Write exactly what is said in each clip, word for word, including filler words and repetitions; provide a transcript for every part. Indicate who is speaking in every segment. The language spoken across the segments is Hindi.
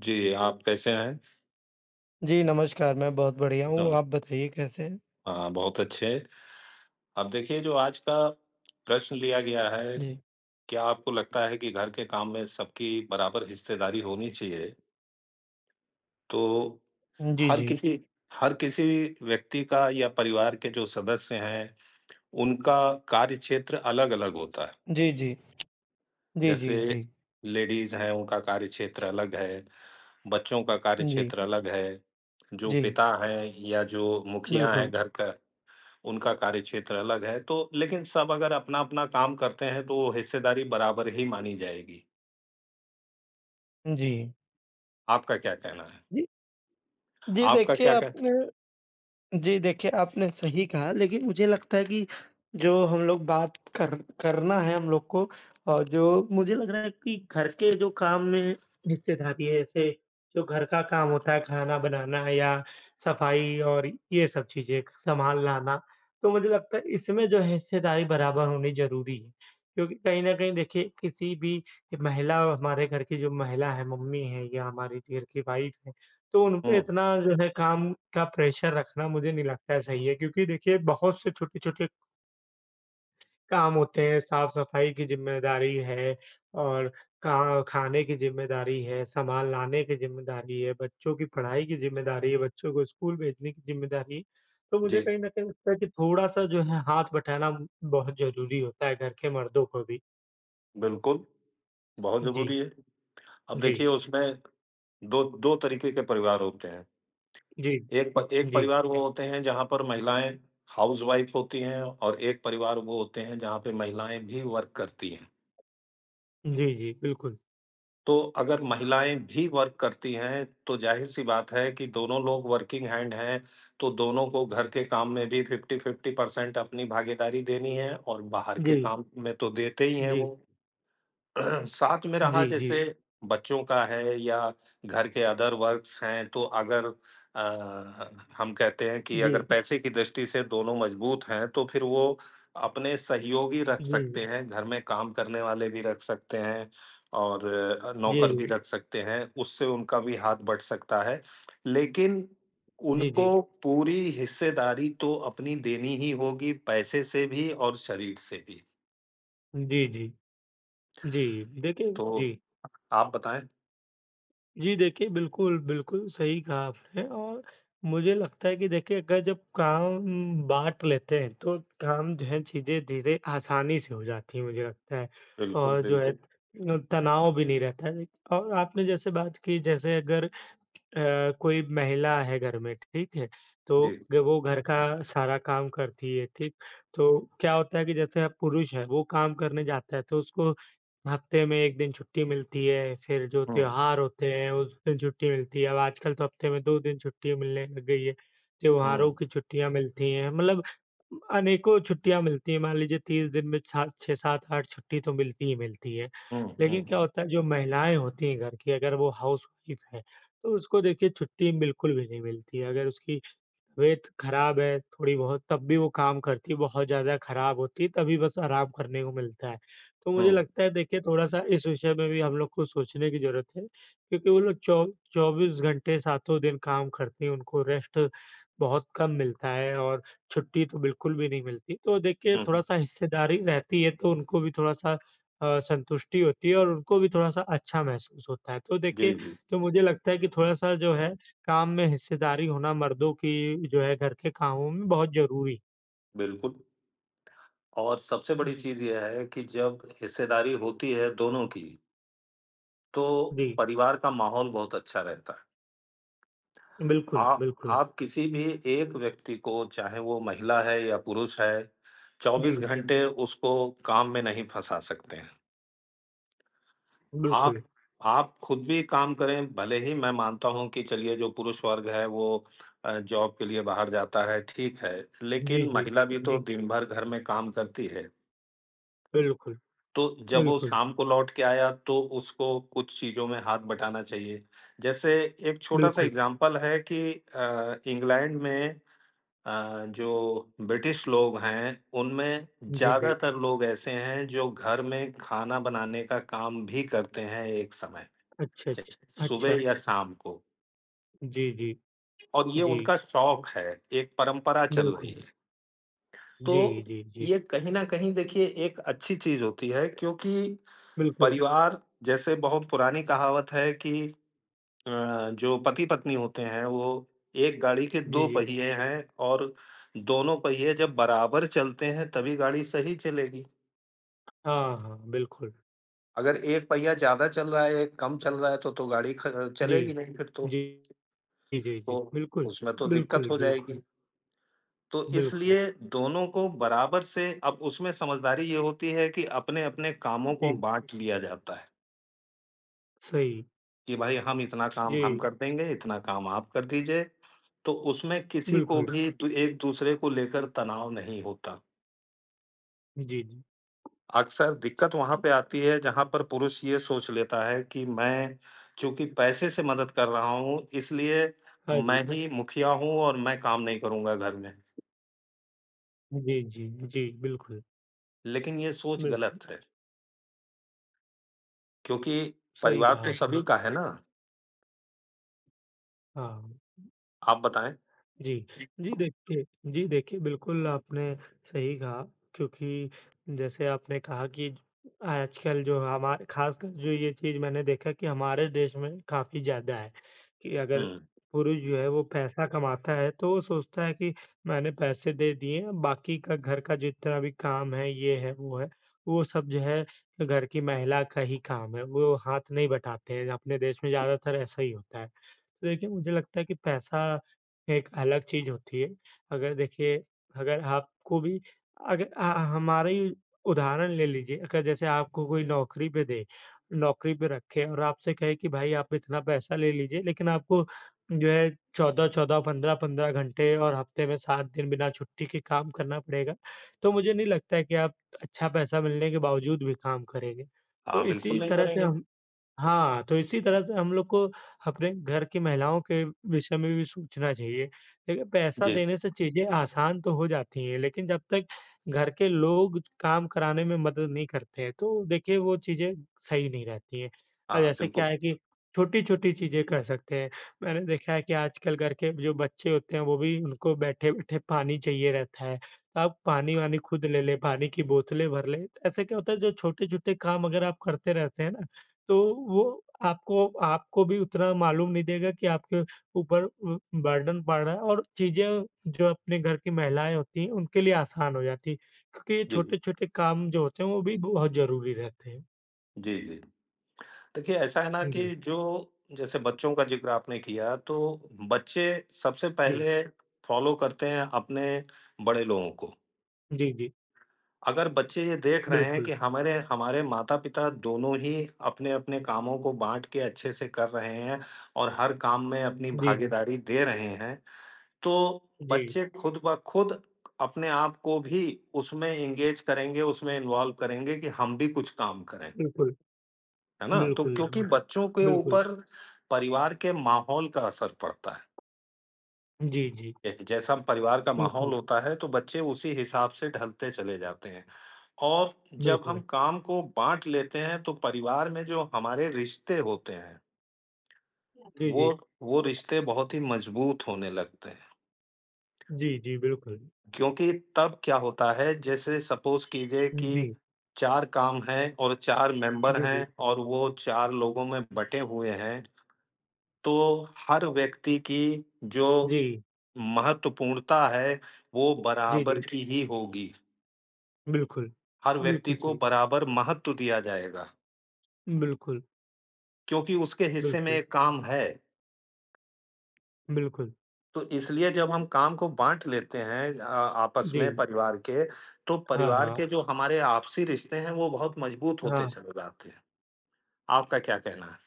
Speaker 1: जी, आप कैसे हैं?
Speaker 2: जी, नमस्कार, मैं बहुत बढ़िया
Speaker 1: तो
Speaker 2: हूँ, आप बताइए कैसे हैं?
Speaker 1: हाँ, बहुत अच्छे। अब देखिए जो आज का प्रश्न लिया गया है,
Speaker 2: जी।
Speaker 1: क्या आपको लगता है कि घर के काम में सबकी बराबर हिस्सेदारी होनी चाहिए? तो
Speaker 2: जी,
Speaker 1: हर
Speaker 2: जी।
Speaker 1: किसी हर किसी व्यक्ति का या परिवार के जो सदस्य हैं, उनका कार्य क्षेत्र अलग-अलग होता है।
Speaker 2: जी, जी। जी,
Speaker 1: जैसे
Speaker 2: जी, जी।
Speaker 1: लेडीज़ हैं, उनका कार्य क्षेत्र अलग है, बच्चों का कार्य
Speaker 2: जी,
Speaker 1: क्षेत्र अलग है, जो
Speaker 2: जी,
Speaker 1: पिता हैं या जो मुखिया हैं
Speaker 2: बिल्कुल।
Speaker 1: घर का उनका कार्यक्षेत्र अलग है, तो लेकिन सब अगर अपना-अपना काम करते हैं, तो हिस्सेदारी बराबर ही मानी जाएगी।
Speaker 2: जी।
Speaker 1: आपका क्या कहना है?
Speaker 2: जी, जी
Speaker 1: आपका
Speaker 2: देखिए
Speaker 1: क्या कह
Speaker 2: आपने जी, देखिए आपने सही कहा, लेकिन मुझे लगता है कि जो हम लोग बात कर करना है हम लोग को, और जो मुझे लग रहा है कि घर के जो काम में हिस्सेदारी है, जैसे जो घर का काम होता है, खाना बनाना या सफाई और ये सब चीज़ें, सामान लाना, तो मुझे लगता है इसमें जो है हिस्सेदारी बराबर होनी ज़रूरी है। क्योंकि कहीं न कहीं देखिए किसी भी महिला हमारे घर की जो महिला है, मम्मी है या हमारी घर की वाइफ़ है, तो उनपे
Speaker 1: हुँ,
Speaker 2: इतना जो है काम का प्रेशर रखना मुझे नहीं लगता है सही है, क्योंकि देखिए बहुत से छोटे-छोटे काम होते हैं, साफ-सफाई की ज़िम्मेदारी है और कहाँ खाने की ज़िम्मेदारी है, सामान लाने की ज़िम्मेदारी है, बच्चों की पढ़ाई की ज़िम्मेदारी है, बच्चों को स्कूल भेजने की ज़िम्मेदारी है। तो मुझे
Speaker 1: जी,
Speaker 2: कहीं न कहीं लगता है कि थोड़ा-सा जो है हाथ बटाना बहुत ज़रूरी होता है घर के मर्दों को भी।
Speaker 1: बिल्कुल, बहुत
Speaker 2: जी,
Speaker 1: ज़रूरी है। अब
Speaker 2: जी,
Speaker 1: देखिए उसमें दो दो तरीके के परिवार होते हैं।
Speaker 2: जी,
Speaker 1: एक प एक
Speaker 2: जी,
Speaker 1: परिवार वो होते हैं जहाँ पर महिलाएँ हाउसवाइफ़ होती हैं और एक परिवार वो होते हैं जहाँ पे महिलाएँ भी वर्क करती हैं।
Speaker 2: जी, जी, बिल्कुल।
Speaker 1: तो अगर महिलाएँ भी वर्क करती हैं, तो ज़ाहिर-सी बात है कि दोनों लोग वर्किंग हैंड हैं, तो दोनों को घर के काम में भी फ़िफ़्टी-फ़िफ़्टी परसेंट अपनी भागीदारी देनी है और बाहर के
Speaker 2: जी,
Speaker 1: काम में तो देते ही हैं वो।
Speaker 2: जी,
Speaker 1: साथ में रहा
Speaker 2: जी, जी,
Speaker 1: जैसे बच्चों का है या घर के अदर वर्क्स हैं तो अगर अ, हम कहते हैं कि अगर
Speaker 2: जी,
Speaker 1: पैसे की दृष्टि से दोनों मजबूत हैं तो फिर वो अपने सहयोगी रख
Speaker 2: जी,
Speaker 1: सकते
Speaker 2: जी।
Speaker 1: हैं, घर में काम करने वाले भी रख सकते हैं और अ,
Speaker 2: जी,
Speaker 1: नौकर भी
Speaker 2: जी।
Speaker 1: रख सकते हैं, उससे उनका भी हाथ बँट सकता है। लेकिन
Speaker 2: जी, जी।
Speaker 1: उनको पूरी हिस्सेदारी तो अपनी देनी ही होगी पैसे से भी और शरीर से भी।
Speaker 2: जी, जी। जी, देखिए
Speaker 1: तो
Speaker 2: जी।
Speaker 1: आप बताएँ?
Speaker 2: जी, देखिए बिल्कुल, बिल्कुल सही कहा आपने, और मुझे लगता है कि देखिए अगर जब काम बाँट लेते हैं तो काम जो है चीज़ें धीरे आसानी से हो जाती हैं मुझे लगता है,
Speaker 1: बिल्कुल,
Speaker 2: और जो है
Speaker 1: बिल्कुल।
Speaker 2: अ, तनाव भी नहीं रहता है। और आपने जैसे बात की जैसे अगर अ, कोई महिला है घर में, ठीक है? तो
Speaker 1: जी।
Speaker 2: ग वो घर का सारा काम करती है, ठीक? तो क्या होता है कि जैसे अब पुरुष है, वो काम करने जाता है, तो उसको हफ्ते में एक दिन छुट्टी मिलती है, फिर जो
Speaker 1: हुँ,
Speaker 2: त्योहार होते हैं, उस दिन छुट्टी मिलती है। अब आजकल तो हफ्ते में दो दिन छुट्टी मिलने लग गई है,
Speaker 1: हुँ,
Speaker 2: त्योहारों की छुट्टियाँ मिलती हैं, मतलब अनेकों छुट्टियाँ मिलती हैं। मान लीजिए तीस दिन में छा छह, सात, आठ छुट्टी तो मिलती ही मिलती है।
Speaker 1: हुँ,
Speaker 2: लेकिन क्या
Speaker 1: हुँ,
Speaker 2: होता है, जो महिलाएँ होती हैं घर की, अगर वो हाउसवाइफ़ हैं तो उसको देखिए छुट्टी बिल्कुल भी नहीं मिलती है। अगर उसकी तबीयत खराब है थोड़ी बहुत तब भी वो काम करती है, बहुत ज़्यादा खराब होती है, तभी बस आराम करने को मिलता है। तो मुझे
Speaker 1: हुँ,
Speaker 2: लगता है देखिए थोड़ा-सा इस विषय में भी हम लोग को सोचने की ज़रूरत है, क्योंकि वो लोग चौ चौबीस घंटे सातों दिन काम करती हैं, उनको रेस्ट बहुत कम मिलता है और छुट्टी तो बिल्कुल भी नहीं मिलती। तो देखिए
Speaker 1: हुँ,
Speaker 2: थोड़ा-सा हिस्सेदारी रहती है तो उनको भी थोड़ा-सा अ, संतुष्टि होती है और उनको भी थोड़ा-सा अच्छा महसूस होता है। तो
Speaker 1: जी,
Speaker 2: देखिए,
Speaker 1: जी,
Speaker 2: तो मुझे लगता है कि थोड़ा-सा जो है काम में हिस्सेदारी होना मर्दों की जो है घर के कामों में बहुत ज़रूरी।
Speaker 1: बिल्कुल और सबसे बड़ी
Speaker 2: जी,
Speaker 1: चीज़ ये है कि जब हिस्सेदारी होती है दोनों की, तो
Speaker 2: जी,
Speaker 1: परिवार का माहौल बहुत अच्छा रहता है।
Speaker 2: बिल्कुल,
Speaker 1: आप
Speaker 2: बिल्कुल।
Speaker 1: आप किसी भी एक व्यक्ति को चाहे वो महिला है या पुरुष है,
Speaker 2: जी,
Speaker 1: चौबीस घंटे उसको काम में नहीं फँसा सकते हैं। आप
Speaker 2: बिल्कुल।
Speaker 1: आप खुद भी काम करें, भले ही मैं मानता हूँ कि चलिए जो पुरुष वर्ग है वो अ, जॉब के लिए बाहर जाता है, ठीक है।
Speaker 2: जी,
Speaker 1: लेकिन
Speaker 2: जी,
Speaker 1: महिला भी तो
Speaker 2: जी,
Speaker 1: दिन भर घर में काम करती है।
Speaker 2: बिल्कुल,
Speaker 1: तो जब वो
Speaker 2: बिल्कुल,
Speaker 1: शाम को लौट के आया तो उसको कुछ चीज़ों में हाथ बटाना चाहिए। जैसे एक छोटा-सा
Speaker 2: बिल्कुल।
Speaker 1: एग्ज़ाम्पल है कि अ, इंग्लैंड में अ, जो ब्रिटिश लोग हैं, उनमें
Speaker 2: जी, जी।
Speaker 1: ज़्यादातर लोग ऐसे हैं जो घर में खाना बनाने का काम भी करते हैं एक समय।
Speaker 2: अच्छा, अच्छा,
Speaker 1: जैसे सुबह
Speaker 2: अच्छा।
Speaker 1: या शाम को
Speaker 2: जी, जी,
Speaker 1: और ये
Speaker 2: जी,
Speaker 1: उनका शौक है एक परंपरा चल रही
Speaker 2: बिल्कुल।
Speaker 1: है
Speaker 2: जी,
Speaker 1: तो
Speaker 2: जी, जी,
Speaker 1: ये कहीं ना कहीं देखिए एक अच्छी चीज होती है क्योंकि
Speaker 2: बिल्कुल।
Speaker 1: परिवार जैसे बहुत पुरानी कहावत है कि अ, जो पति पत्नी होते हैं वो एक गाड़ी के
Speaker 2: जी,
Speaker 1: दो
Speaker 2: जी।
Speaker 1: पहिए हैं और दोनों पहिए जब बराबर चलते हैं तभी गाड़ी सही चलेगी
Speaker 2: हाँ, हाँ, बिल्कुल।
Speaker 1: अगर एक पहिया ज्यादा चल रहा है एक कम चल रहा है तो तो गाड़ी ख-
Speaker 2: जी,
Speaker 1: चलेगी नहीं फिर तो
Speaker 2: जी, जी, जी,
Speaker 1: तो
Speaker 2: जी बिल्कुल,
Speaker 1: उसमें तो दिक्कत
Speaker 2: बिल्कुल,
Speaker 1: हो जाएगी
Speaker 2: बिल्कुल,
Speaker 1: तो
Speaker 2: बिल्कुल।
Speaker 1: इसलिए दोनों को बराबर से अब उसमें समझदारी ये होती है कि अपने-अपने कामों को
Speaker 2: जी,
Speaker 1: बाँट लिया जाता है,
Speaker 2: सही।
Speaker 1: कि भाई हम इतना काम हम
Speaker 2: जी,
Speaker 1: कर देंगे, इतना काम आप कर दीजिए। तो उसमें किसी को
Speaker 2: बिल्कुल।
Speaker 1: भी दू एक-दूसरे को लेकर तनाव नहीं होता।
Speaker 2: जी, जी,
Speaker 1: अक्सर
Speaker 2: जी।
Speaker 1: दिक्कत वहाँ पे आती है जहाँ पर पुरुष ये सोच लेता है कि मैं चूँकि पैसे से मदद कर रहा हूँ इसलिए
Speaker 2: हाँ जी।
Speaker 1: मैं ही मुखिया हूँ और मैं काम नहीं करूँगा घर में।
Speaker 2: जी, जी, जी, बिल्कुल,
Speaker 1: लेकिन ये सोच
Speaker 2: बिल्कुल,
Speaker 1: गलत है, क्योंकि
Speaker 2: सही
Speaker 1: परिवार
Speaker 2: कहा
Speaker 1: तो सभी
Speaker 2: आपने।
Speaker 1: का है ना।
Speaker 2: हाँ,
Speaker 1: आप बताएँ?
Speaker 2: जी। जी, देखिए। जी, देखिए, बिल्कुल आपने सही कहा, क्योंकि जैसे आपने कहा कि आजकल जो हमा ख़ासकर जो ये चीज़ मैंने देखा कि हमारे देश में काफ़ी ज़्यादा है कि अगर
Speaker 1: हुँ।
Speaker 2: पुरुष जो है वो पैसा कमाता है तो वो सोचता है कि मैंने पैसे दे दिए, बाकी का घर का जितना भी काम है, ये है, वो है, वो सब जो है घर की महिला का ही काम है, वो हाथ नहीं बटाते हैं। अपने देश में ज़्यादातर ऐसा ही होता है। तो देखिए मुझे लगता है कि पैसा एक अलग चीज़ होती है। अगर देखिए अगर आपको भी अगर अ, हमारा ही उदाहरण ले लीजिए, अगर जैसे आपको कोई नौकरी पे दे नौकरी पे रखे और आपसे कहे कि भाई आप इतना पैसा ले लीजिए लेकिन आपको जो है चौदह चौदह, पंद्रह पंद्रह घंटे और हफ्ते में सात दिन बिना छुट्टी के काम करना पड़ेगा, तो मुझे नहीं लगता है कि आप अच्छा पैसा मिलने के बावजूद भी काम करेंगे। तो
Speaker 1: हाँ, बिल्कुल
Speaker 2: इसी
Speaker 1: नहीं
Speaker 2: तरह से
Speaker 1: करेंगे।
Speaker 2: हम हाँ, तो इसी तरह से हम लोग को अपने घर की महिलाओं के विषय में भी सोचना चाहिए। देखिए पैसा
Speaker 1: जी,
Speaker 2: देने से चीज़ें आसान तो हो जाती हैं, लेकिन जब तक घर के लोग काम कराने में मदद नहीं करते हैं, तो देखिए वो चीज़ें सही नहीं रहती हैं। अब
Speaker 1: हाँ,
Speaker 2: जैसे क्या
Speaker 1: बिल्कुल।
Speaker 2: है कि छोटी-छोटी चीज़ें कर सकते हैं। मैंने देखा है कि आजकल घर के जो बच्चे होते हैं, वो भी उनको बैठे-बैठे पानी चाहिए रहता है। तो आप पानी-वानी खुद ले लें, पानी की बोतलें भर लें। ऐसे क्या होता है, जो छोटे-छोटे काम अगर आप करते रहते हैं ना, तो वो आपको आपको भी उतना मालूम नहीं देगा कि आपके ऊपर उ बर्डन पड़ रहा है, और चीज़ें जो अपने घर की महिलाएँ होती हैं, उनके लिए आसान हो जाती है, क्योंकि ये
Speaker 1: जी,
Speaker 2: छोटे-छोटे काम जो होते हैं, वो भी बहुत ज़रूरी रहते हैं।
Speaker 1: जी, जी। देखिए, ऐसा है ना
Speaker 2: जी,
Speaker 1: कि जो जैसे बच्चों का ज़िक्र आपने किया, तो बच्चे सबसे
Speaker 2: जी,
Speaker 1: पहले फ़ॉलो करते हैं अपने बड़े लोगों को।
Speaker 2: जी, जी,
Speaker 1: अगर बच्चे ये देख रहे हैं
Speaker 2: बिल्कुल।
Speaker 1: कि हमारे हमारे माता-पिता दोनों ही अपने-अपने कामों को बाँट के अच्छे से कर रहे हैं और हर काम में अपनी
Speaker 2: जी, जी,
Speaker 1: भागीदारी दे रहे हैं, तो
Speaker 2: जी,
Speaker 1: बच्चे खुद ब खुद अपने आप को भी उसमें एंगेज करेंगे, उसमें इन्वॉल्व करेंगे कि हम भी कुछ काम करें,
Speaker 2: बिल्कुल,
Speaker 1: है ना? तो
Speaker 2: बिल्कुल,
Speaker 1: क्योंकि
Speaker 2: बिल्कुल,
Speaker 1: बच्चों के
Speaker 2: बिल्कुल।
Speaker 1: ऊपर परिवार के माहौल का असर पड़ता है।
Speaker 2: जी, जी,
Speaker 1: जैसे जैसा परिवार का माहौल
Speaker 2: बिल्कुल,
Speaker 1: होता है, तो बच्चे उसी हिसाब से ढलते चले जाते हैं और जब हम
Speaker 2: बिल्कुल।
Speaker 1: काम को बाँट लेते हैं, तो परिवार में जो हमारे रिश्ते होते हैं,
Speaker 2: जी,
Speaker 1: वो
Speaker 2: जी,
Speaker 1: वो रिश्ते बहुत ही मज़बूत होने लगते हैं।
Speaker 2: जी, जी, बिल्कुल।
Speaker 1: क्योंकि तब क्या होता है जैसे सपोज़ कीजिए कि
Speaker 2: जी,
Speaker 1: चार काम हैं और चार मेंबर
Speaker 2: जी,
Speaker 1: हैं
Speaker 2: जी,
Speaker 1: और वो चार लोगों में बँटे हुए हैं, तो हर व्यक्ति की जो
Speaker 2: जी,
Speaker 1: महत्वपूर्णता है, वो
Speaker 2: जी,
Speaker 1: बराबर
Speaker 2: जी,
Speaker 1: की ही होगी।
Speaker 2: बिल्कुल।
Speaker 1: हर व्यक्ति
Speaker 2: बिल्कुल
Speaker 1: को
Speaker 2: सही,
Speaker 1: बराबर महत्व दिया जाएगा,
Speaker 2: बिल्कुल,
Speaker 1: क्योंकि उसके हिस्से में
Speaker 2: बिल्कुल।
Speaker 1: एक काम है।
Speaker 2: बिल्कुल।
Speaker 1: तो इसलिए जब हम काम को बाँट लेते हैं अ, आपस
Speaker 2: जी।
Speaker 1: में परिवार के, तो
Speaker 2: हाँ,
Speaker 1: परिवार
Speaker 2: हाँ।
Speaker 1: के जो हमारे आपसी रिश्ते हैं, वो बहुत मजबूत होते
Speaker 2: हाँ।
Speaker 1: चले जाते हैं। आपका क्या कहना है?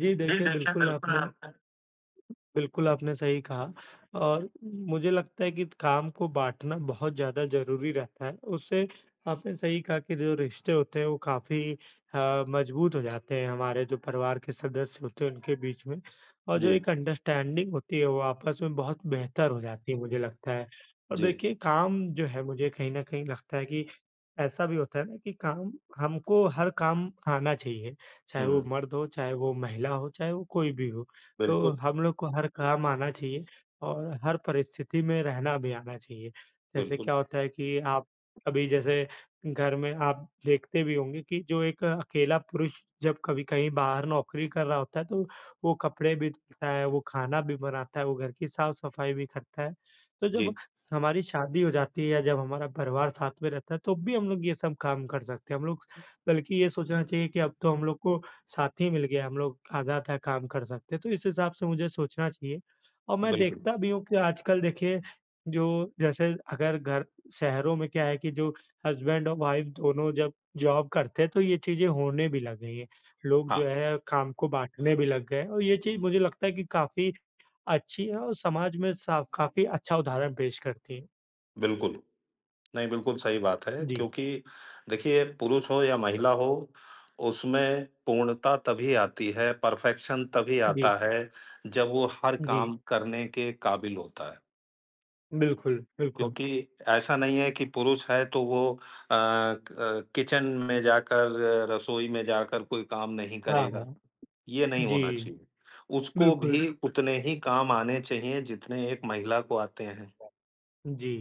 Speaker 2: जी,
Speaker 1: जी,
Speaker 2: देखिए
Speaker 1: देखिए,
Speaker 2: बिल्कुल
Speaker 1: बिल्कुल
Speaker 2: आपने
Speaker 1: आपने
Speaker 2: बिल्कुल, आपने सही कहा, और मुझे लगता है कि काम को बाँटना बहुत ज़्यादा ज़रूरी रहता है। उससे आपने सही कहा कि जो रिश्ते होते हैं वो काफ़ी अ, मज़बूत हो जाते हैं हमारे जो परिवार के सदस्य होते हैं उनके बीच में, और जो
Speaker 1: जी,
Speaker 2: एक अंडरस्टैंडिंग होती है वो आपस में बहुत बेहतर हो जाती है मुझे लगता है। और
Speaker 1: जी।
Speaker 2: देखिए काम जो है मुझे कहीं न कहीं लगता है कि ऐसा भी होता है ना कि काम हमको हर काम आना चाहिए, चाहे वो
Speaker 1: हुँ,
Speaker 2: मर्द हो, चाहे वो महिला हो, चाहे वो कोई भी हो। तो
Speaker 1: बिल्कुल,
Speaker 2: हम लोग को हर काम आना चाहिए और हर परिस्थिति में रहना भी आना चाहिए। जैसे
Speaker 1: बिल्कुल।
Speaker 2: क्या होता है कि आप अभी जैसे घर में आप देखते भी होंगे कि जो एक अकेला पुरुष जब कभी कहीं बाहर नौकरी कर रहा होता है तो वो कपड़े भी धुलता है, वो खाना भी बनाता है, वो घर की साफ-सफाई भी करता है। तो जब
Speaker 1: जी,
Speaker 2: हमारी शादी हो जाती है या जब हमारा परिवार साथ में रहता है, तो भी हम लोग ये सब काम कर सकते हैं। हम लोग बल्कि ये सोचना चाहिए कि अब तो हम लोग को साथी मिल गया, हम लोग आधा-आधा काम कर सकते हैं, तो इस हिसाब से मुझे सोचना चाहिए। और मैं
Speaker 1: बिल्कुल।
Speaker 2: देखता भी हूँ कि आजकल देखिए जो जैसे अगर घर शहरों में क्या है कि जो हस्बैंड और वाइफ दोनों जब जॉब करते हैं, तो ये चीज़ें होने भी लग गई हैं। लोग
Speaker 1: हाँ,
Speaker 2: जो है काम को बाँटने भी लग गए हैं और ये चीज़ मुझे लगता है कि काफ़ी अच्छी है और समाज में साफ काफ़ी अच्छा उदाहरण पेश करती है।
Speaker 1: बिल्कुल। नहीं, बिल्कुल सही बात है
Speaker 2: जी,
Speaker 1: क्योंकि देखिए पुरुष हो या महिला हो, उसमें पूर्णता तभी आती है, परफेक्शन तभी
Speaker 2: जी,
Speaker 1: आता है, जब वो हर
Speaker 2: जी।
Speaker 1: काम करने के काबिल होता है।
Speaker 2: बिल्कुल, बिल्कुल।
Speaker 1: क्योंकि ऐसा नहीं है कि पुरुष है तो वो अ, क किचन में जाकर, रसोई में जाकर कोई काम नहीं
Speaker 2: हाँ,
Speaker 1: करेगा,
Speaker 2: हाँ।
Speaker 1: ये नहीं
Speaker 2: जी,
Speaker 1: होना चाहिए। उसको
Speaker 2: बिल्कुल।
Speaker 1: भी उतने ही काम आने चाहिए जितने एक महिला को आते हैं।
Speaker 2: जी,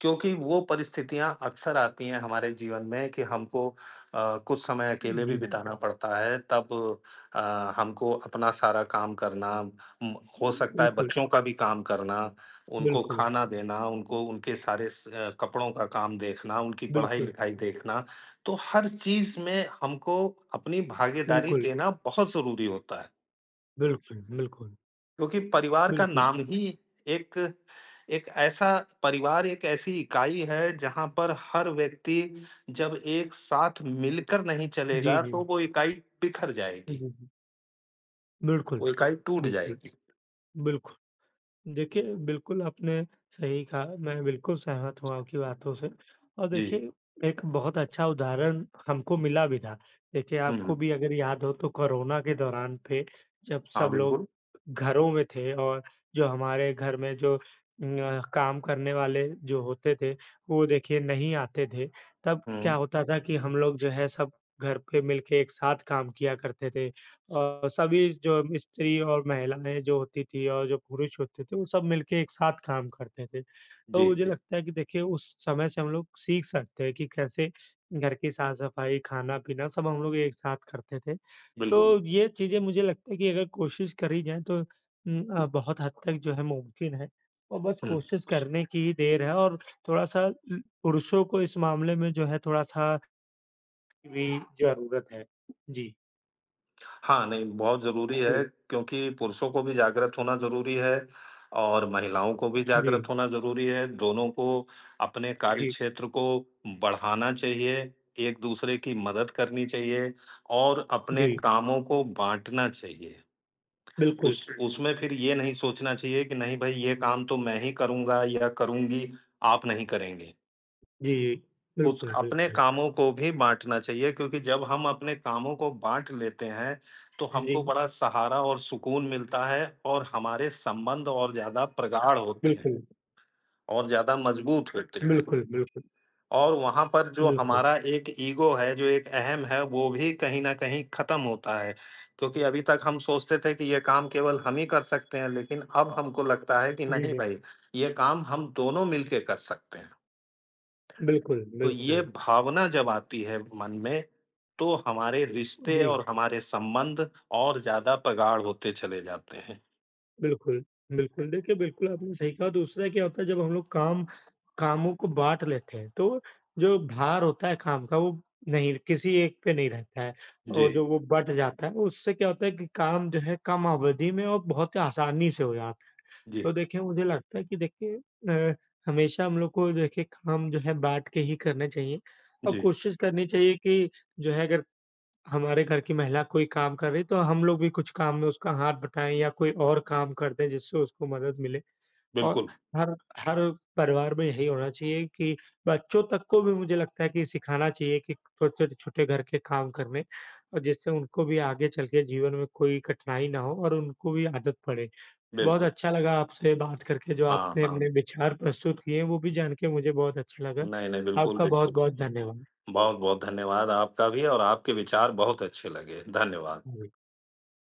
Speaker 1: क्योंकि वो परिस्थितियाँ अक्सर आती हैं हमारे जीवन में कि हमको अ, कुछ समय अकेले भी हुँ।
Speaker 2: जी।
Speaker 1: बिताना पड़ता है, तब अ, हमको अपना सारा काम करना उम, हो सकता है
Speaker 2: बिल्कुल।
Speaker 1: बच्चों का भी काम करना, उनको
Speaker 2: बिल्कुल,
Speaker 1: खाना देना, उनको उनके सारे स अ, कपड़ों का काम देखना, उनकी
Speaker 2: बिल्कुल,
Speaker 1: पढ़ाई-लिखाई देखना, तो हर चीज़ में हमको अपनी भागीदारी
Speaker 2: बिल्कुल,
Speaker 1: देना बहुत ज़रूरी होता है।
Speaker 2: बिल्कुल, बिल्कुल,
Speaker 1: क्योंकि परिवार का
Speaker 2: बिल्कुल।
Speaker 1: नाम ही एक एक ऐसा परिवार एक ऐसी इकाई है जहां पर हर व्यक्ति जब एक साथ मिलकर नहीं
Speaker 2: जी,
Speaker 1: चलेगा
Speaker 2: जी।
Speaker 1: तो वो इकाई बिखर जाएगी
Speaker 2: जी, जी। बिल्कुल,
Speaker 1: वो इकाई टूट
Speaker 2: बिल्कुल,
Speaker 1: जाएगी
Speaker 2: बिल्कुल। देखिए, बिल्कुल आपने सही कहा, मैं बिल्कुल सहमत हूँ आपकी बातों से, और
Speaker 1: जी
Speaker 2: देखिए एक बहुत अच्छा उदाहरण हमको मिला भी था। देखिए आपको
Speaker 1: हम्म
Speaker 2: भी अगर याद हो तो कोरोना के दौरान पे जब
Speaker 1: हाँ
Speaker 2: सब लोग
Speaker 1: बिल्कुल
Speaker 2: घरों में थे और जो हमारे घर में जो अ, काम करने वाले जो होते थे, वो देखिए नहीं आते थे, तब
Speaker 1: हम्म
Speaker 2: क्या होता था कि हम लोग जो है सब घर पे मिलके एक साथ काम किया करते थे। अ, सभी जो स्त्री और महिलाएँ जो होती थी और जो पुरुष होते थे, वो सब मिलके एक साथ काम करते थे। तो
Speaker 1: जी
Speaker 2: मुझे
Speaker 1: जी
Speaker 2: लगता है कि देखिए उस समय से हम लोग सीख सकते हैं कि कैसे घर की साफ-सफाई, खाना-पीना सब हम लोग एक साथ करते थे।
Speaker 1: बिल्कुल
Speaker 2: तो ये चीज़ें मुझे लगता है कि अगर कोशिश करी जाए तो उम, अ, बहुत हद तक जो है मुमकिन है, और बस
Speaker 1: हम्म
Speaker 2: कोशिश करने की ही देर है, और थोड़ा-सा उम, पुरुषों को इस मामले में जो है थोड़ा-सा भी ज़रूरत है। जी,
Speaker 1: हाँ, नहीं बहुत ज़रूरी है
Speaker 2: जी,
Speaker 1: क्योंकि पुरुषों को भी जागृत होना ज़रूरी है और महिलाओं को भी जागृत
Speaker 2: जी,
Speaker 1: होना ज़रूरी है। दोनों को अपने
Speaker 2: जी,
Speaker 1: कार्यक्षेत्र को बढ़ाना चाहिए, एक-दूसरे की मदद करनी चाहिए और अपने
Speaker 2: जी।
Speaker 1: कामों को बाँटना चाहिए।
Speaker 2: बिल्कुल,
Speaker 1: उस उसमें फिर ये नहीं सोचना चाहिए कि नहीं भई ये काम तो मैं ही करूँगा या करूँगी, आप नहीं करेंगे।
Speaker 2: जी, जी।
Speaker 1: उस
Speaker 2: बिल्कुल,
Speaker 1: अपने
Speaker 2: बिल्कुल।
Speaker 1: कामों को भी बाँटना चाहिए क्योंकि जब हम अपने कामों को बाँट लेते हैं, तो
Speaker 2: जी,
Speaker 1: हमको बड़ा सहारा और सुकून मिलता है और हमारे संबंध और ज़्यादा प्रगाढ़ होते हैं
Speaker 2: बिल्कुल,
Speaker 1: और ज़्यादा मज़बूत होते हैं।
Speaker 2: बिल्कुल, बिल्कुल,
Speaker 1: और वहाँ पर जो
Speaker 2: बिल्कुल।
Speaker 1: हमारा एक ईगो है, जो एक अहम है, वो भी कहीं न कहीं ख़त्म होता है। क्योंकि अभी तक हम सोचते थे कि ये काम केवल हम ही कर सकते हैं, लेकिन अब हमको लगता है कि
Speaker 2: जी,
Speaker 1: नहीं
Speaker 2: जी।
Speaker 1: भई, ये काम हम दोनों मिलके कर सकते हैं।
Speaker 2: बिल्कुल,
Speaker 1: तो ये
Speaker 2: बिल्कुल।
Speaker 1: भावना जब आती है मन में, तो हमारे रिश्ते
Speaker 2: जी,
Speaker 1: और हमारे संबंध और ज़्यादा प्रगाढ़ होते चले जाते हैं।
Speaker 2: बिल्कुल, बिल्कुल। देखिए, बिल्कुल आपने सही कहा, दूसरा क्या होता है जब हम लोग काम कामों को बाँट लेते हैं, तो जो भार होता है काम का वो नहीं किसी एक पे नहीं रहता है,
Speaker 1: जी,
Speaker 2: और जो वो बँट जाता है उससे क्या होता है कि काम जो है कम अवधि में और बहुत ही आसानी से हो जाता है।
Speaker 1: जी,
Speaker 2: तो देखिए मुझे लगता है कि देखिए अ, हमेशा हम लोग को देखिए काम जो है बाँट के ही करने चाहिए, और
Speaker 1: जी।
Speaker 2: कोशिश करनी चाहिए कि जो है अगर हमारे घर की महिला कोई काम कर रही है तो हम लोग भी कुछ काम में उसका हाथ बटाएँ या कोई और काम कर दें जिससे उसको मदद मिले। और
Speaker 1: बिल्कुल,
Speaker 2: हर हर परिवार में यही होना चाहिए कि बच्चों तक को भी मुझे लगता है कि सिखाना चाहिए कि छोटे-छोटे घर के काम करने, और जिससे उनको भी आगे चल के जीवन में कोई कठिनाई ना हो और उनको भी आदत पड़े। बहुत
Speaker 1: बिल्कुल।
Speaker 2: अच्छा लगा आपसे बात करके, जो
Speaker 1: हाँ,
Speaker 2: आपने अपने
Speaker 1: हाँ।
Speaker 2: विचार प्रस्तुत किए, वो भी जान के मुझे बहुत अच्छा लगा।
Speaker 1: नहीं, नहीं, बिल्कुल,
Speaker 2: आपका बहुत-बहुत
Speaker 1: बिल्कुल।
Speaker 2: धन्यवाद।
Speaker 1: बहुत-बहुत धन्यवाद आपका भी और आपके विचार बहुत अच्छे लगे। धन्यवाद।